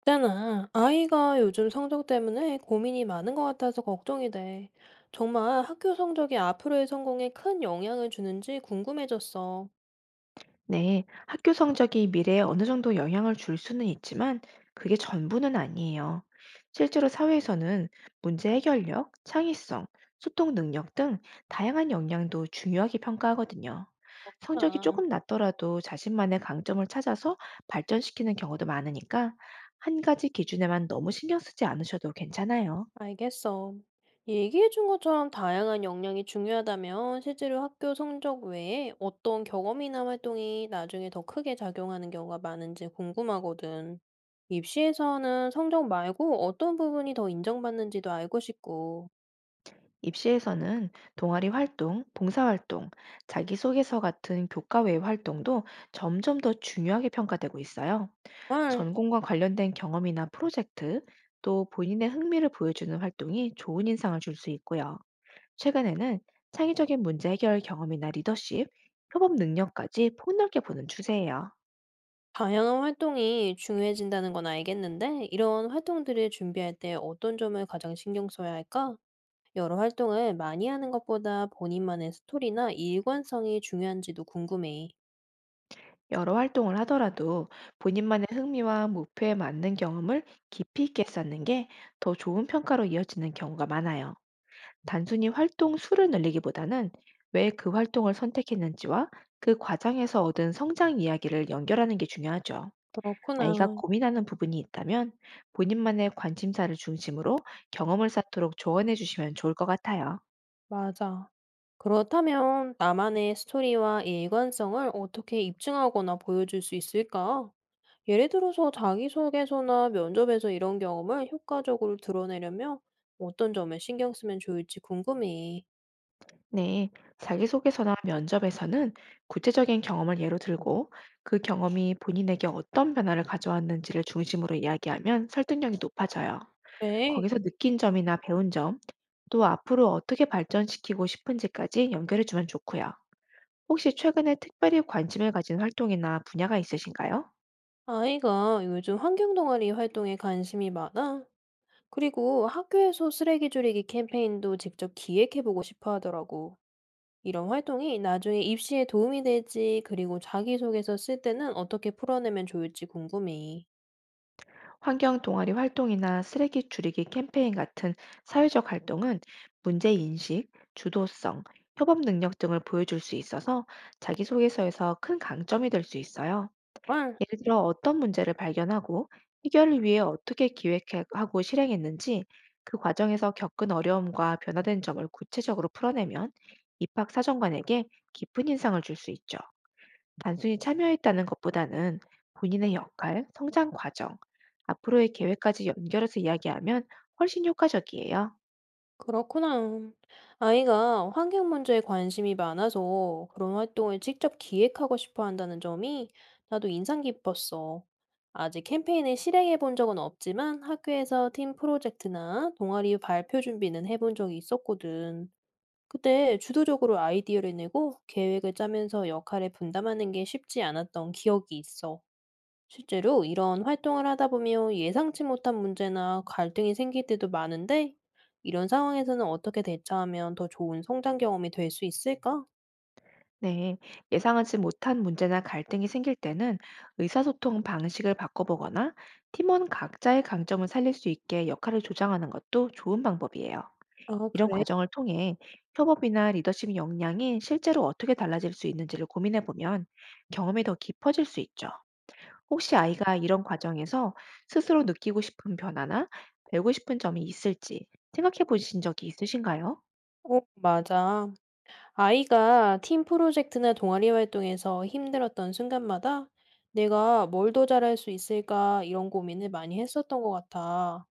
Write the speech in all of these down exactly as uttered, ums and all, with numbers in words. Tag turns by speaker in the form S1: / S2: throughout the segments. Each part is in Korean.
S1: 있잖아. 아이가 요즘 성적 때문에 고민이 많은 것 같아서 걱정이 돼. 정말 학교 성적이 앞으로의 성공에 큰 영향을 주는지 궁금해졌어.
S2: 네, 학교 성적이 미래에 어느 정도 영향을 줄 수는 있지만 그게 전부는 아니에요. 실제로 사회에서는 문제 해결력, 창의성, 소통 능력 등 다양한 역량도 중요하게 평가하거든요. 성적이
S1: 아,
S2: 조금 낮더라도 자신만의 강점을 찾아서 발전시키는 경우도 많으니까 한 가지 기준에만 너무 신경 쓰지 않으셔도 괜찮아요.
S1: 알겠어. 얘기해준 것처럼 다양한 역량이 중요하다면 실제로 학교 성적 외에 어떤 경험이나 활동이 나중에 더 크게 작용하는 경우가 많은지 궁금하거든. 입시에서는 성적 말고 어떤 부분이 더 인정받는지도 알고 싶고.
S2: 입시에서는 동아리 활동, 봉사활동, 자기소개서 같은 교과 외 활동도 점점 더 중요하게 평가되고 있어요.
S1: 헐.
S2: 전공과 관련된 경험이나 프로젝트, 또 본인의 흥미를 보여주는 활동이 좋은 인상을 줄 수 있고요. 최근에는 창의적인 문제 해결 경험이나 리더십, 협업 능력까지 폭넓게 보는 추세예요.
S1: 다양한 활동이 중요해진다는 건 알겠는데, 이런 활동들을 준비할 때 어떤 점을 가장 신경 써야 할까? 여러 활동을 많이 하는 것보다 본인만의 스토리나 일관성이 중요한지도 궁금해.
S2: 여러 활동을 하더라도 본인만의 흥미와 목표에 맞는 경험을 깊이 있게 쌓는 게 더 좋은 평가로 이어지는 경우가 많아요. 단순히 활동 수를 늘리기보다는 왜 그 활동을 선택했는지와 그 과정에서 얻은 성장 이야기를 연결하는 게 중요하죠. 아이가
S1: 그렇구나.
S2: 고민하는 부분이 있다면 본인만의 관심사를 중심으로 경험을 쌓도록 조언해 주시면 좋을 것 같아요.
S1: 맞아. 그렇다면 나만의 스토리와 일관성을 어떻게 입증하거나 보여줄 수 있을까? 예를 들어서 자기소개서나 면접에서 이런 경험을 효과적으로 드러내려면 어떤 점을 신경 쓰면 좋을지 궁금해.
S2: 네, 자기소개서나 면접에서는 구체적인 경험을 예로 들고 그 경험이 본인에게 어떤 변화를 가져왔는지를 중심으로 이야기하면 설득력이 높아져요.
S1: 네.
S2: 거기서 느낀 점이나 배운 점, 또 앞으로 어떻게 발전시키고 싶은지까지 연결해 주면 좋고요. 혹시 최근에 특별히 관심을 가진 활동이나 분야가 있으신가요?
S1: 아이가 요즘 환경동아리 활동에 관심이 많아. 그리고 학교에서 쓰레기 줄이기 캠페인도 직접 기획해보고 싶어 하더라고. 이런 활동이 나중에 입시에 도움이 될지, 그리고 자기소개서 쓸 때는 어떻게 풀어내면 좋을지 궁금해.
S2: 환경 동아리 활동이나 쓰레기 줄이기 캠페인 같은 사회적 활동은 문제 인식, 주도성, 협업 능력 등을 보여줄 수 있어서 자기소개서에서 큰 강점이 될 수 있어요.
S1: 헐.
S2: 예를 들어 어떤 문제를 발견하고 해결을 위해 어떻게 기획하고 실행했는지, 그 과정에서 겪은 어려움과 변화된 점을 구체적으로 풀어내면 입학 사정관에게 깊은 인상을 줄 수 있죠. 단순히 참여했다는 것보다는 본인의 역할, 성장 과정, 앞으로의 계획까지 연결해서 이야기하면 훨씬 효과적이에요.
S1: 그렇구나. 아이가 환경 문제에 관심이 많아서 그런 활동을 직접 기획하고 싶어 한다는 점이 나도 인상 깊었어. 아직 캠페인을 실행해 본 적은 없지만 학교에서 팀 프로젝트나 동아리 발표 준비는 해본 적이 있었거든. 그때 주도적으로 아이디어를 내고 계획을 짜면서 역할을 분담하는 게 쉽지 않았던 기억이 있어. 실제로 이런 활동을 하다 보면 예상치 못한 문제나 갈등이 생길 때도 많은데, 이런 상황에서는 어떻게 대처하면 더 좋은 성장 경험이 될 수 있을까?
S2: 네, 예상하지 못한 문제나 갈등이 생길 때는 의사소통 방식을 바꿔보거나 팀원 각자의 강점을 살릴 수 있게 역할을 조정하는 것도 좋은 방법이에요.
S1: 아,
S2: 이런
S1: 그래?
S2: 과정을 통해 협업이나 리더십 역량이 실제로 어떻게 달라질 수 있는지를 고민해보면 경험이 더 깊어질 수 있죠. 혹시 아이가 이런 과정에서 스스로 느끼고 싶은 변화나 배우고 싶은 점이 있을지 생각해 보신 적이 있으신가요?
S1: 어, 맞아. 아이가 팀 프로젝트나 동아리 활동에서 힘들었던 순간마다 내가 뭘 더 잘할 수 있을까 이런 고민을 많이 했었던 것 같아.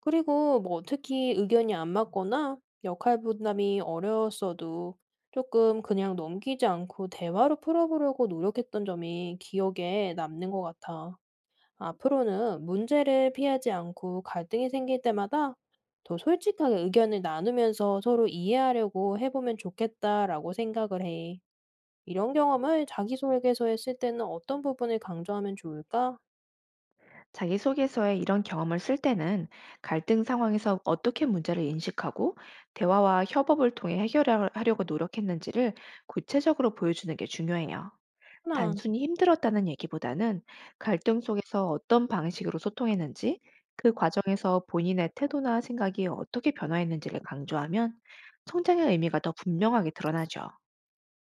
S1: 그리고 뭐 특히 의견이 안 맞거나 역할 분담이 어려웠어도 조금 그냥 넘기지 않고 대화로 풀어보려고 노력했던 점이 기억에 남는 것 같아. 앞으로는 문제를 피하지 않고 갈등이 생길 때마다 더 솔직하게 의견을 나누면서 서로 이해하려고 해보면 좋겠다라고 생각을 해. 이런 경험을 자기소개서에 쓸 때는 어떤 부분을 강조하면 좋을까?
S2: 자기소개서에 이런 경험을 쓸 때는 갈등 상황에서 어떻게 문제를 인식하고 대화와 협업을 통해 해결하려고 노력했는지를 구체적으로 보여주는 게 중요해요.
S1: 하나.
S2: 단순히 힘들었다는 얘기보다는 갈등 속에서 어떤 방식으로 소통했는지, 그 과정에서 본인의 태도나 생각이 어떻게 변화했는지를 강조하면 성장의 의미가 더 분명하게 드러나죠.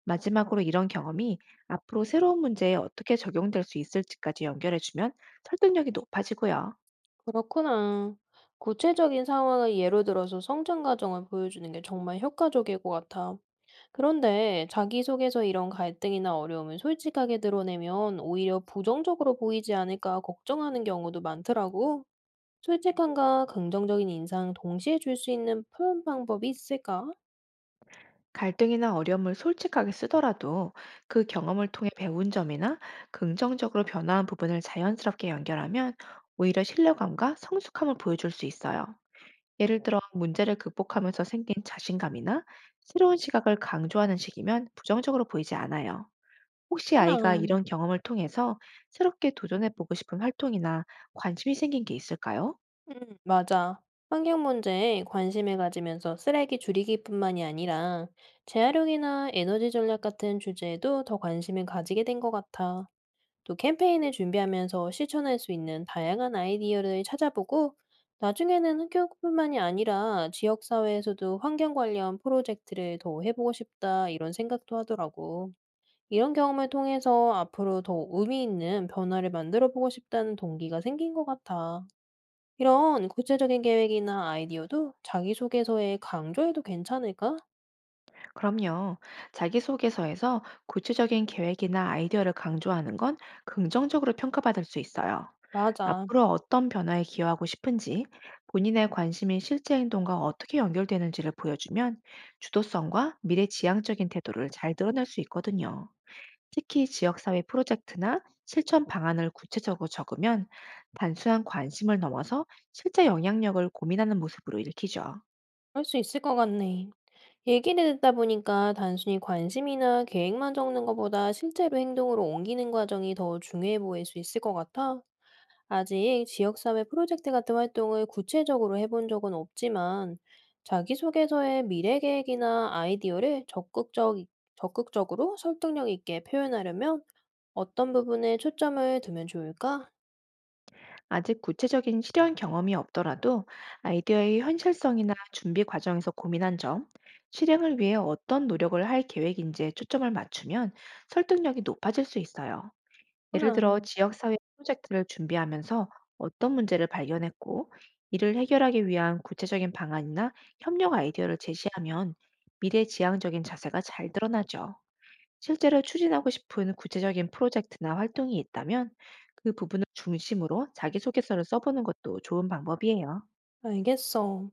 S2: 마지막으로 이런 경험이 앞으로 새로운 문제에 어떻게 적용될 수 있을지까지 연결해주면 설득력이 높아지고요.
S1: 그렇구나. 구체적인 상황을 예로 들어서 성장 과정을 보여주는 게 정말 효과적일 것 같아. 그런데 자기소개서 이런 갈등이나 어려움을 솔직하게 드러내면 오히려 부정적으로 보이지 않을까 걱정하는 경우도 많더라고. 솔직함과 긍정적인 인상 동시에 줄 수 있는 표현 방법이 있을까?
S2: 갈등이나 어려움을 솔직하게 쓰더라도 그 경험을 통해 배운 점이나 긍정적으로 변화한 부분을 자연스럽게 연결하면 오히려 신뢰감과 성숙함을 보여줄 수 있어요. 예를 들어 문제를 극복하면서 생긴 자신감이나 새로운 시각을 강조하는 식이면 부정적으로 보이지 않아요. 혹시 아이가
S1: 하나.
S2: 이런 경험을 통해서 새롭게 도전해보고 싶은 활동이나 관심이 생긴 게 있을까요?
S1: 음, 맞아. 환경 문제에 관심을 가지면서 쓰레기 줄이기뿐만이 아니라 재활용이나 에너지 전략 같은 주제에도 더 관심을 가지게 된 것 같아. 또 캠페인을 준비하면서 실천할 수 있는 다양한 아이디어를 찾아보고 나중에는 학교뿐만이 아니라 지역사회에서도 환경 관련 프로젝트를 더 해보고 싶다 이런 생각도 하더라고. 이런 경험을 통해서 앞으로 더 의미 있는 변화를 만들어 보고 싶다는 동기가 생긴 것 같아. 이런 구체적인 계획이나 아이디어도 자기소개서에 강조해도 괜찮을까?
S2: 그럼요. 자기소개서에서 구체적인 계획이나 아이디어를 강조하는 건 긍정적으로 평가받을 수 있어요.
S1: 맞아.
S2: 앞으로 어떤 변화에 기여하고 싶은지, 본인의 관심이 실제 행동과 어떻게 연결되는지를 보여주면 주도성과 미래 지향적인 태도를 잘 드러낼 수 있거든요. 특히 지역사회 프로젝트나 실천 방안을 구체적으로 적으면 단순한 관심을 넘어서 실제 영향력을 고민하는 모습으로 읽히죠.
S1: 할 수 있을 것 같네. 얘기를 듣다 보니까 단순히 관심이나 계획만 적는 것보다 실제로 행동으로 옮기는 과정이 더 중요해 보일 수 있을 것 같아. 아직 지역사회 프로젝트 같은 활동을 구체적으로 해본 적은 없지만, 자기소개서에 미래 계획이나 아이디어를 적극적, 적극적으로 설득력 있게 표현하려면 어떤 부분에 초점을 두면 좋을까?
S2: 아직 구체적인 실현 경험이 없더라도 아이디어의 현실성이나 준비 과정에서 고민한 점, 실행을 위해 어떤 노력을 할 계획인지에 초점을 맞추면 설득력이 높아질 수 있어요. 예를
S1: 구나.
S2: 들어 지역사회 프로젝트를 준비하면서 어떤 문제를 발견했고, 이를 해결하기 위한 구체적인 방안이나 협력 아이디어를 제시하면 미래 지향적인 자세가 잘 드러나죠. 실제로 추진하고 싶은 구체적인 프로젝트나 활동이 있다면 그 부분을 중심으로 자기소개서를 써보는 것도 좋은 방법이에요.
S1: 알겠어.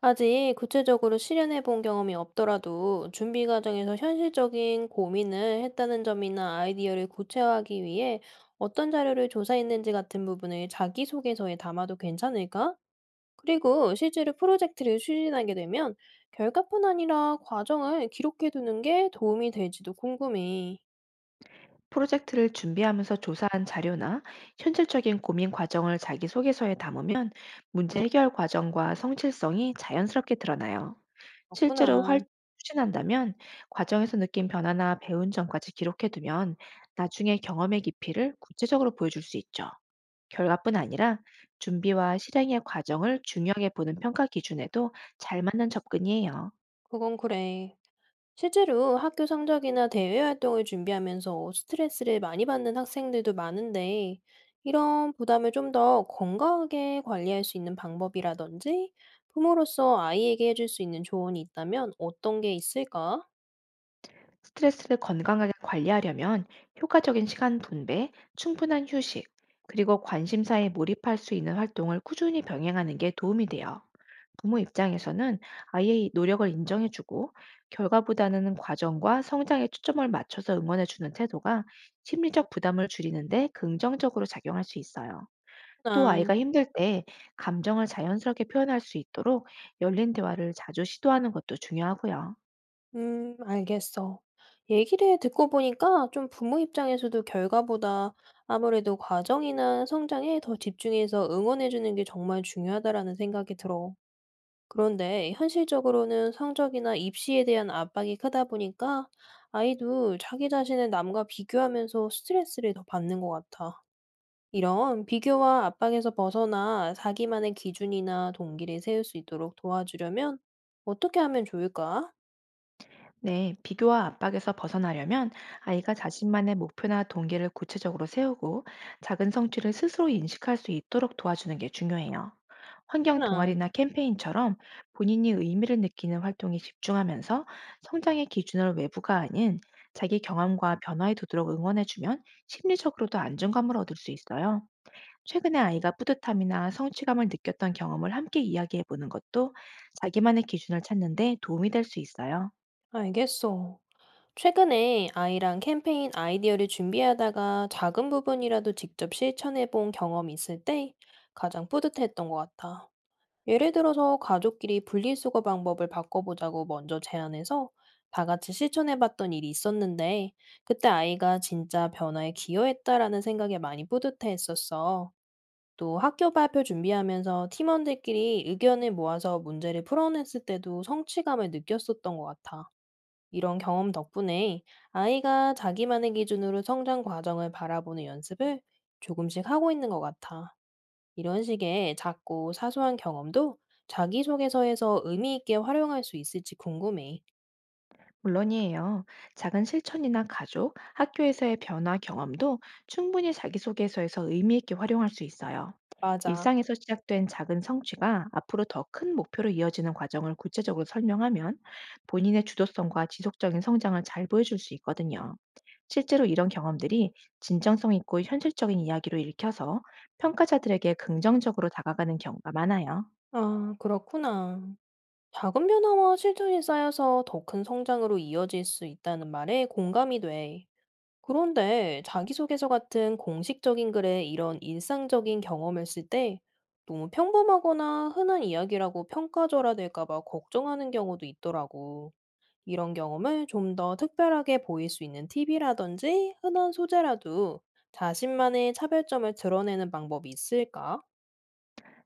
S1: 아직 구체적으로 실현해 본 경험이 없더라도 준비 과정에서 현실적인 고민을 했다는 점이나 아이디어를 구체화하기 위해 어떤 자료를 조사했는지 같은 부분을 자기소개서에 담아도 괜찮을까? 그리고 실제로 프로젝트를 추진하게 되면 결과뿐 아니라 과정을 기록해 두는 게 도움이 될지도 궁금해.
S2: 프로젝트를 준비하면서 조사한 자료나 현실적인 고민 과정을 자기소개서에 담으면 문제 해결 과정과 성실성이 자연스럽게 드러나요. 실제로 활
S1: 없구나.
S2: 추진한다면 과정에서 느낀 변화나 배운 점까지 기록해두면 나중에 경험의 깊이를 구체적으로 보여줄 수 있죠. 결과뿐 아니라 준비와 실행의 과정을 중요하게 보는 평가 기준에도 잘 맞는 접근이에요.
S1: 그건 그래. 실제로 학교 성적이나 대외 활동을 준비하면서 스트레스를 많이 받는 학생들도 많은데, 이런 부담을 좀 더 건강하게 관리할 수 있는 방법이라든지, 부모로서 아이에게 해줄 수 있는 조언이 있다면 어떤 게 있을까?
S2: 스트레스를 건강하게 관리하려면 효과적인 시간 분배, 충분한 휴식, 그리고 관심사에 몰입할 수 있는 활동을 꾸준히 병행하는 게 도움이 돼요. 부모 입장에서는 아이의 노력을 인정해주고 결과보다는 과정과 성장에 초점을 맞춰서 응원해주는 태도가 심리적 부담을 줄이는데 긍정적으로 작용할 수 있어요. 또
S1: 아,
S2: 아이가 힘들 때 감정을 자연스럽게 표현할 수 있도록 열린 대화를 자주 시도하는 것도 중요하고요.
S1: 음, 알겠어. 얘기를 듣고 보니까 좀 부모 입장에서도 결과보다 아무래도 과정이나 성장에 더 집중해서 응원해주는 게 정말 중요하다라는 생각이 들어. 그런데 현실적으로는 성적이나 입시에 대한 압박이 크다 보니까 아이도 자기 자신을 남과 비교하면서 스트레스를 더 받는 것 같아. 이런 비교와 압박에서 벗어나 자기만의 기준이나 동기를 세울 수 있도록 도와주려면 어떻게 하면 좋을까?
S2: 네, 비교와 압박에서 벗어나려면 아이가 자신만의 목표나 동기를 구체적으로 세우고 작은 성취를 스스로 인식할 수 있도록 도와주는 게 중요해요. 환경
S1: 하나,
S2: 동아리나 캠페인처럼 본인이 의미를 느끼는 활동에 집중하면서 성장의 기준을 외부가 아닌 자기 경험과 변화에 두도록 응원해주면 심리적으로도 안정감을 얻을 수 있어요. 최근에 아이가 뿌듯함이나 성취감을 느꼈던 경험을 함께 이야기해 보는 것도 자기만의 기준을 찾는 데 도움이 될 수 있어요.
S1: 알겠어. 최근에 아이랑 캠페인 아이디어를 준비하다가 작은 부분이라도 직접 실천해 본 경험이 있을 때 가장 뿌듯했던 것 같아. 예를 들어서 가족끼리 분리수거 방법을 바꿔보자고 먼저 제안해서 다 같이 실천해봤던 일이 있었는데 그때 아이가 진짜 변화에 기여했다라는 생각에 많이 뿌듯해했었어. 또 학교 발표 준비하면서 팀원들끼리 의견을 모아서 문제를 풀어냈을 때도 성취감을 느꼈었던 것 같아. 이런 경험 덕분에 아이가 자기만의 기준으로 성장 과정을 바라보는 연습을 조금씩 하고 있는 것 같아. 이런 식의 작고 사소한 경험도 자기소개서에서 의미 있게 활용할 수 있을지 궁금해.
S2: 물론이에요. 작은 실천이나 가족, 학교에서의 변화 경험도 충분히 자기소개서에서 의미 있게 활용할 수 있어요.
S1: 맞아.
S2: 일상에서 시작된 작은 성취가 앞으로 더 큰 목표로 이어지는 과정을 구체적으로 설명하면 본인의 주도성과 지속적인 성장을 잘 보여줄 수 있거든요. 실제로 이런 경험들이 진정성 있고 현실적인 이야기로 읽혀서 평가자들에게 긍정적으로 다가가는 경우가 많아요.
S1: 아, 그렇구나. 작은 변화와 실천이 쌓여서 더 큰 성장으로 이어질 수 있다는 말에 공감이 돼. 그런데 자기소개서 같은 공식적인 글에 이런 일상적인 경험을 쓸 때 너무 평범하거나 흔한 이야기라고 평가절하될까 봐 걱정하는 경우도 있더라고. 이런 경험을 좀 더 특별하게 보일 수 있는 팁이라든지 흔한 소재라도 자신만의 차별점을 드러내는 방법이 있을까?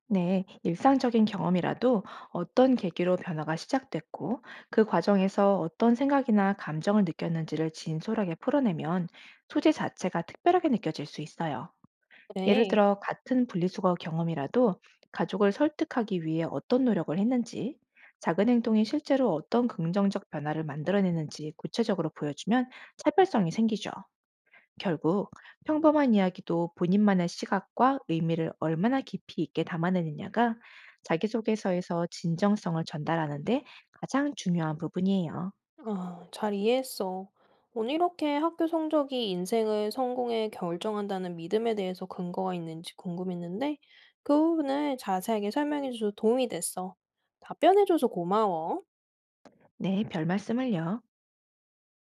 S2: 네, 일상적인 경험이라도 어떤 계기로 변화가 시작됐고 그 과정에서 어떤 생각이나 감정을 느꼈는지를 진솔하게 풀어내면 소재 자체가 특별하게 느껴질 수 있어요. 예를
S1: 그래,
S2: 들어 같은 분리수거 경험이라도 가족을 설득하기 위해 어떤 노력을 했는지, 작은 행동이 실제로 어떤 긍정적 변화를 만들어내는지 구체적으로 보여주면 차별성이 생기죠. 결국 평범한 이야기도 본인만의 시각과 의미를 얼마나 깊이 있게 담아내느냐가 자기소개서에서 진정성을 전달하는 데 가장 중요한 부분이에요.
S1: 아, 잘 이해했어. 오늘 이렇게 학교 성적이 인생을 성공에 결정한다는 믿음에 대해서 근거가 있는지 궁금했는데 그 부분을 자세하게 설명해줘서 도움이 됐어. 답변해줘서 고마워.
S2: 네, 별 말씀을요.